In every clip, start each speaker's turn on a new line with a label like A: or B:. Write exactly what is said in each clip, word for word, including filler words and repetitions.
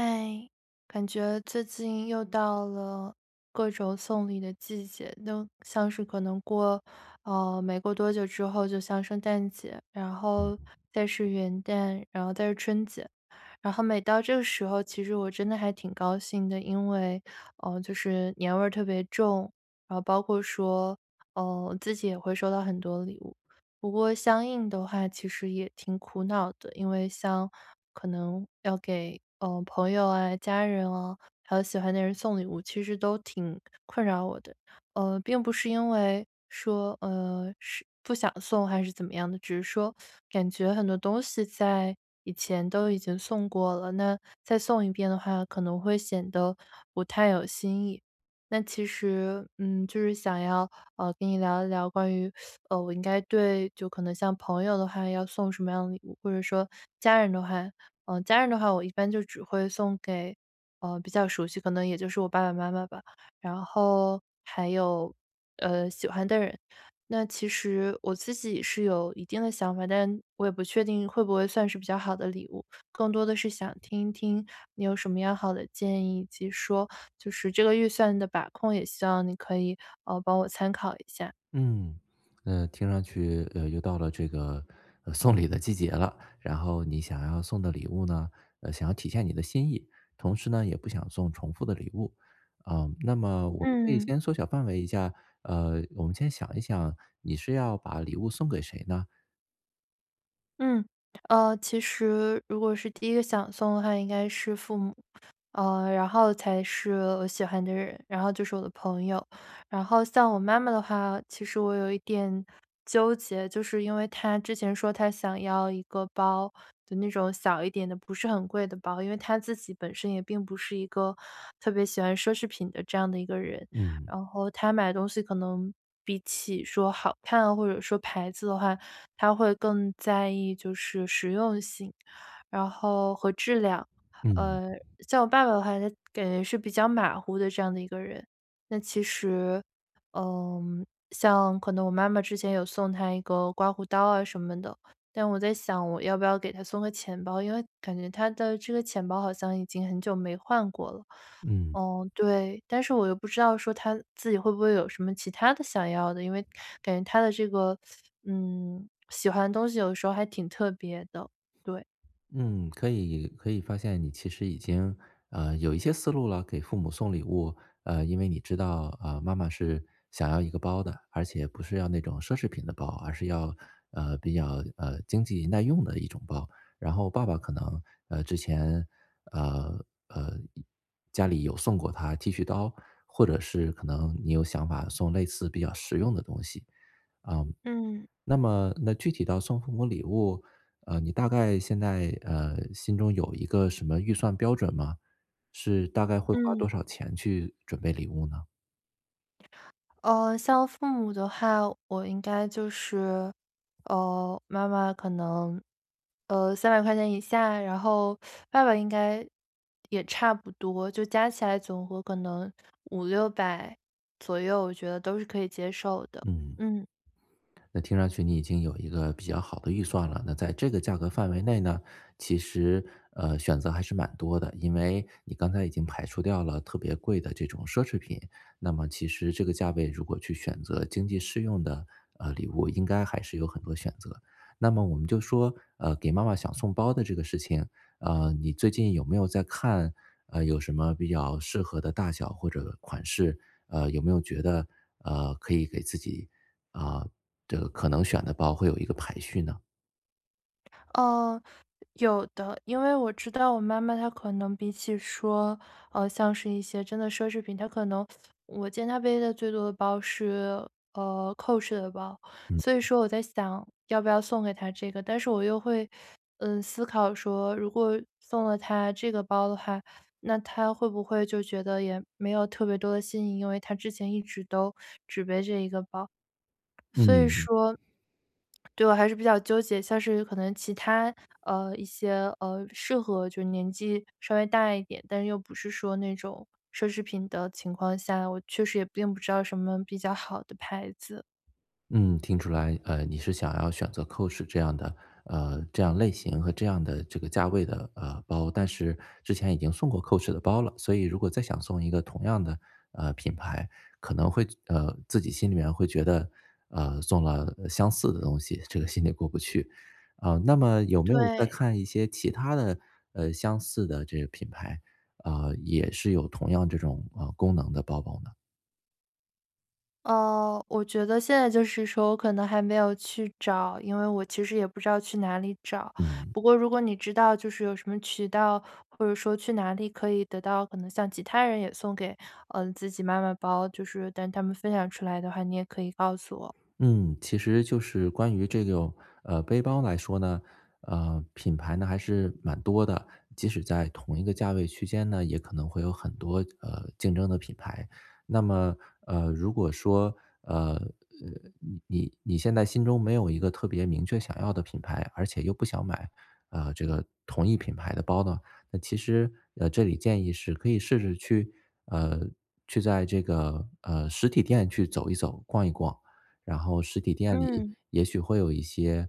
A: 哎，感觉最近又到了各种送礼的季节，都像是可能过，呃，没过多久之后，就像圣诞节，然后再是元旦，然后再是春节。然后每到这个时候，其实我真的还挺高兴的，因为，呃，就是年味儿特别重，然后包括说，呃，自己也会收到很多礼物。不过相应的话，其实也挺苦恼的，因为像可能要给呃朋友啊、家人啊，还有喜欢的人送礼物，其实都挺困扰我的。呃，并不是因为说，呃，是不想送还是怎么样的，只是说感觉很多东西在以前都已经送过了，那再送一遍的话，可能会显得不太有新意。那其实，嗯，就是想要，呃，跟你聊一聊关于，呃，我应该对就可能像朋友的话，要送什么样的礼物，或者说家人的话，嗯、家人的话，我一般就只会送给，呃，比较熟悉，可能也就是我爸爸妈妈吧。然后还有，呃，喜欢的人。那其实我自己是有一定的想法，但我也不确定会不会算是比较好的礼物，更多的是想听一听你有什么样好的建议，以及说就是这个预算的把控，也希望你可以，呃，帮我参考一下。
B: 嗯，呃，听上去，呃，又到了这个，呃，送礼的季节了。然后你想要送的礼物呢，呃，想要体现你的心意，同时呢，也不想送重复的礼物。啊、那么我们可以
A: 嗯。
B: 先缩小范围一下，呃，我们先想一想，你是要把礼物送给谁呢？
A: 嗯，呃，其实如果是第一个想送的话，应该是父母。呃，然后才是我喜欢的人，然后就是我的朋友。然后像我妈妈的话，其实我有一点纠结，就是因为她之前说她想要一个包，就那种小一点的，不是很贵的包，因为她自己本身也并不是一个特别喜欢奢侈品的这样的一个人。
B: 嗯
A: 然后她买东西可能比起说好看啊或者说牌子的话，她会更在意就是实用性，然后和质量。
B: 嗯
A: 呃，像我爸爸的话，他感觉是比较马虎的这样的一个人。那其实，嗯，像可能我妈妈之前有送他一个刮胡刀啊什么的，但我在想我要不要给他送个钱包，因为感觉他的这个钱包好像已经很久没换过了。
B: 嗯。
A: 嗯，对，但是我又不知道说他自己会不会有什么其他的想要的，因为感觉他的这个，嗯，喜欢的东西有时候还挺特别的。对，
B: 嗯，可以可以发现你其实已经呃有一些思路了。给父母送礼物，呃，因为你知道，呃，妈妈是想要一个包的，而且不是要那种奢侈品的包，而是要呃比较呃经济耐用的一种包。然后爸爸可能呃之前呃呃家里有送过他剃须刀，或者是可能你有想法送类似比较实用的东西。啊、
A: 嗯
B: 那么那具体到送父母礼物，呃，你大概现在，呃，心中有一个什么预算标准吗？是大概会花
A: 嗯。
B: 多少钱去准备礼物呢？
A: 呃，像父母的话，我应该就是，呃，妈妈可能，呃三百块钱以下，然后爸爸应该也差不多，就加起来总和可能五六百左右，我觉得都是可以接受的。
B: 嗯。
A: 嗯。
B: 那听上去你已经有一个比较好的预算了，那在这个价格范围内呢，其实呃选择还是蛮多的，因为你刚才已经排除掉了特别贵的这种奢侈品，那么其实这个价位如果去选择经济适用的呃礼物，应该还是有很多选择。那么我们就说，呃，给妈妈想送包的这个事情，呃，你最近有没有在看，呃，有什么比较适合的大小或者款式？呃，有没有觉得呃可以给自己，啊，这个可能选的包会有一个排序呢？
A: 呃，有的，因为我知道我妈妈她可能比起说，呃，像是一些真的奢侈品，她可能我见她背的最多的包是呃 Coach 的包，
B: 嗯。
A: 所以说我在想要不要送给她这个，但是我又会嗯思考说，如果送了她这个包的话，那她会不会就觉得也没有特别多的新意，因为她之前一直都只背这一个包。所以
B: 嗯，
A: 说对，我还是比较纠结，像是可能其他，呃，一些，呃，适合就年纪稍微大一点，但是又不是说那种奢侈品的情况下，我确实也并不知道什么比较好的牌子。
B: 嗯，听出来，呃，你是想要选择 Coach 这样的，呃，这样类型和这样的这个价位的呃包，但是之前已经送过 Coach 的包了，所以如果再想送一个同样的呃品牌，可能会呃自己心里面会觉得呃送了呃相似的东西，这个心里过不去。啊、呃那么有没有再
A: 对。
B: 看一些其他的呃相似的这个品牌，呃，也是有同样这种呃功能的包包呢？
A: 哦，我觉得现在就是说我可能还没有去找，因为我其实也不知道去哪里找。
B: 嗯。
A: 不过如果你知道就是有什么渠道，或者说去哪里可以得到可能像其他人也送给，嗯，自己妈妈包，就是但他们分享出来的话，你也可以告诉我。
B: 嗯，其实就是关于这个呃背包来说呢，呃，品牌呢还是蛮多的，即使在同一个价位区间呢，也可能会有很多呃竞争的品牌。那么，呃，如果说呃呃你你你现在心中没有一个特别明确想要的品牌，而且又不想买呃这个同一品牌的包呢，那其实呃这里建议是可以试着去呃去在这个呃实体店去走一走、逛一逛。然后实体店里
A: 嗯，
B: 也许会有一些，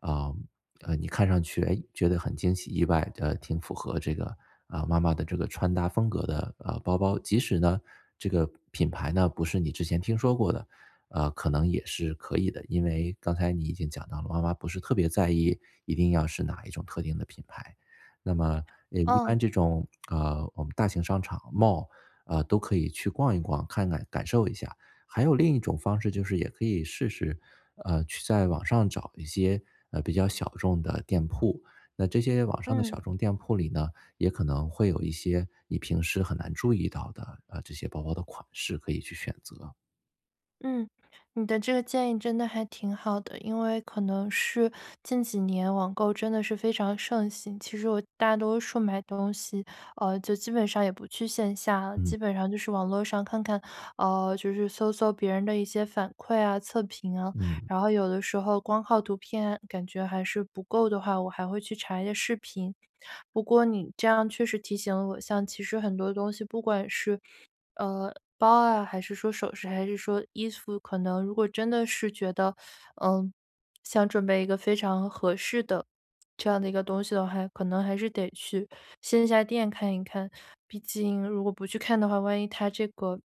B: 啊、呃，你看上去哎觉得很惊喜意外，呃，挺符合这个，啊、妈妈的这个穿搭风格的呃包包，即使呢这个品牌呢不是你之前听说过的，呃，可能也是可以的，因为刚才你已经讲到了，妈妈不是特别在意一定要是哪一种特定的品牌。那么，呃，一
A: 嗯，
B: 般这种，呃，我们大型商场 mall, 呃，都可以去逛一逛，看看感受一下。还有另一种方式就是也可以试试，呃，去在网上找一些，呃，比较小众的店铺。那这些网上的
A: 嗯。
B: 小众店铺里呢，也可能会有一些你平时很难注意到的，呃，这些包包的款式可以去选择。
A: 嗯，你的这个建议真的还挺好的，因为可能是近几年网购真的是非常盛行。其实我大多数买东西，呃，就基本上也不去线下了，
B: 嗯，
A: 基本上就是网络上看看，呃，就是搜搜别人的一些反馈啊、测评啊。
B: 嗯，
A: 然后有的时候光靠图片感觉还是不够的话，我还会去查一些视频。不过你这样确实提醒了我，像其实很多东西，不管是呃，包啊，还是说首饰，还是说衣服，可能如果真的是觉得，嗯，想准备一个非常合适的这样的一个东西的话，可能还是得去线下店看一看。毕竟如果不去看的话，万一它这个，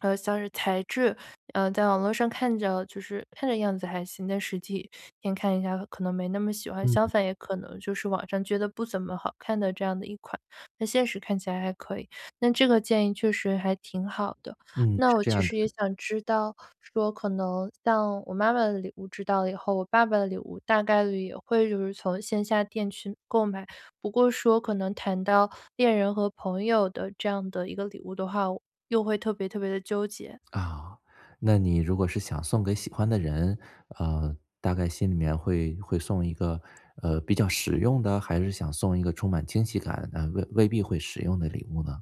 A: 呃，像是材质，呃，在网络上看着就是看着样子还行，但实体店看一下可能没那么喜欢。
B: 嗯，
A: 相反，也可能就是网上觉得不怎么好看的这样的一款，那现实看起来还可以。那这个建议确实还挺好的。
B: 嗯，
A: 那
B: 是
A: 我
B: 这
A: 其
B: 样的。
A: 实也想知道说，可能像我妈妈的礼物知道了以后，我爸爸的礼物大概率也会就是从线下店去购买。不过说可能谈到恋人和朋友的这样的一个礼物的话，又会特别特别的纠结。
B: 啊，那你如果是想送给喜欢的人，呃，大概心里面会会送一个，呃，比较实用的，还是想送一个充满惊喜感，呃，未未必会实用的礼物呢？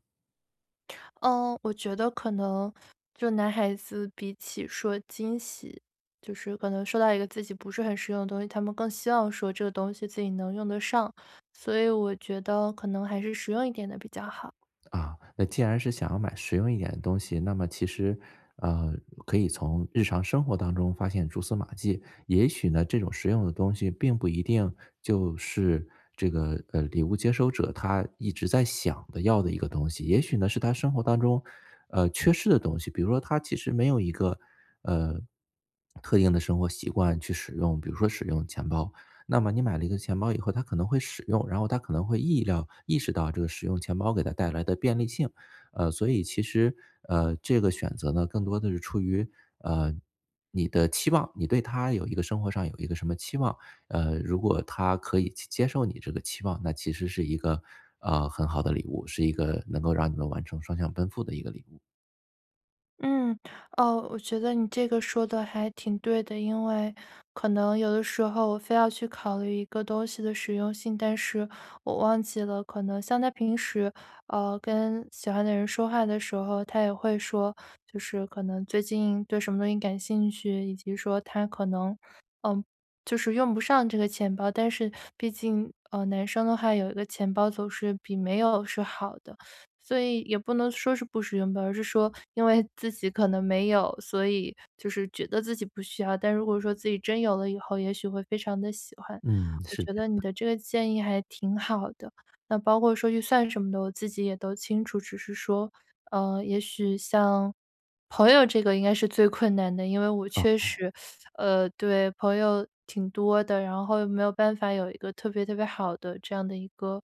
A: 嗯，我觉得可能就男孩子比起说惊喜，就是可能收到一个自己不是很实用的东西，他们更希望说这个东西自己能用得上，所以我觉得可能还是实用一点的比较好。
B: 啊，那既然是想要买实用一点的东西，那么其实，呃，可以从日常生活当中发现蛛丝马迹。也许呢，这种实用的东西并不一定就是这个呃礼物接收者他一直在想的要的一个东西，也许呢是他生活当中呃缺失的东西，比如说他其实没有一个呃特定的生活习惯去使用，比如说使用钱包，那么你买了一个钱包以后，他可能会使用，然后他可能会意料意识到这个使用钱包给他带来的便利性，呃，所以其实，呃，这个选择呢，更多的是出于呃你的期望，你对他有一个生活上有一个什么期望，呃，如果他可以去接受你这个期望，那其实是一个呃很好的礼物，是一个能够让你们完成双向奔赴的一个礼物。
A: 嗯，哦，我觉得你这个说的还挺对的，因为可能有的时候我非要去考虑一个东西的实用性，但是我忘记了，可能像他平时，呃，跟喜欢的人说话的时候，他也会说，就是可能最近对什么东西感兴趣，以及说他可能就是用不上这个钱包，但是毕竟，呃，男生的话有一个钱包总是比没有是好的，所以也不能说是不实用吧，而是说因为自己可能没有，所以就是觉得自己不需要，但如果说自己真有了以后，也许会非常的喜欢。
B: 嗯，
A: 我
B: 是
A: 觉得
B: 这
A: 你的这个建议还挺好的，那包括说预算什么的，我自己也都清楚，只是说，呃，也许像朋友这个应该是最困难的，因为我
B: 样
A: 确
B: 啊，
A: 实呃，对，朋友挺多的，然后又没有办法有一个特别特别好的这样的一个，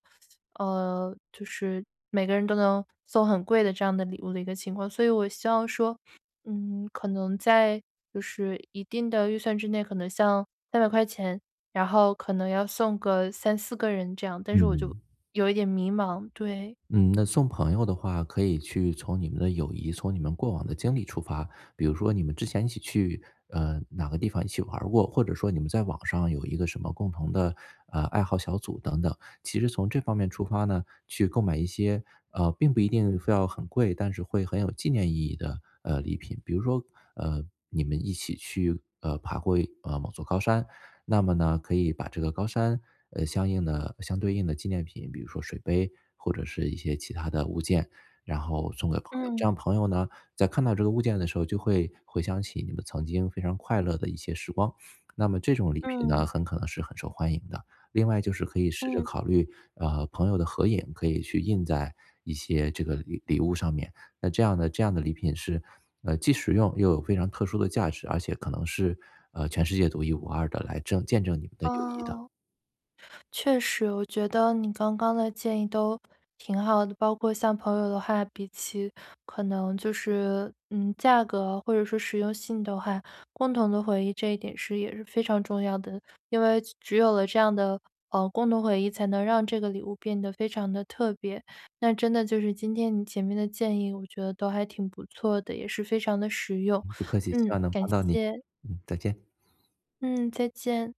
A: 呃，就是每个人都能送很贵的这样的礼物的一个情况，所以我希望说，嗯，可能在就是一定的预算之内，可能像三百块钱，然后可能要送个三四个人这样，但是我就
B: 嗯。
A: 有一点迷茫，对，
B: 嗯，那送朋友的话，可以去从你们的友谊，从你们过往的经历出发。比如说，你们之前一起去呃哪个地方一起玩儿过，或者说你们在网上有一个什么共同的呃爱好小组等等。其实从这方面出发呢，去购买一些，呃，并不一定非要很贵，但是会很有纪念意义的，呃，礼品。比如说，呃，你们一起去，呃，爬过，呃，某座高山，那么呢，可以把这个高山，呃，相应的相对应的纪念品，比如说水杯或者是一些其他的物件，然后送给朋友。这
A: 嗯
B: 样朋友呢，在看到这个物件的时候，就会回想起你们曾经非常快乐的一些时光。那么这种礼品呢，
A: 嗯
B: 很可能是很受欢迎的。另外就是可以试着
A: 嗯，
B: 考虑，呃，朋友的合影可以去印在一些这个礼礼物上面。那这样的这样的礼品是，呃，既实用又有非常特殊的价值，而且可能是，呃，全世界独一无二的来证见证你们的友谊的。
A: 哦。确实，我觉得你刚刚的建议都挺好的，包括像朋友的话，比起可能就是嗯价格或者说实用性的话，共同的回忆这一点是也是非常重要的，因为只有了这样的呃共同回忆，才能让这个礼物变得非常的特别。那真的就是今天你前面的建议，我觉得都还挺不错的，也是非常的实用。
B: 嗯不客气，希
A: 嗯，
B: 望能
A: 感
B: 帮到你。
A: 谢，
B: 嗯，再见。
A: 嗯，再见。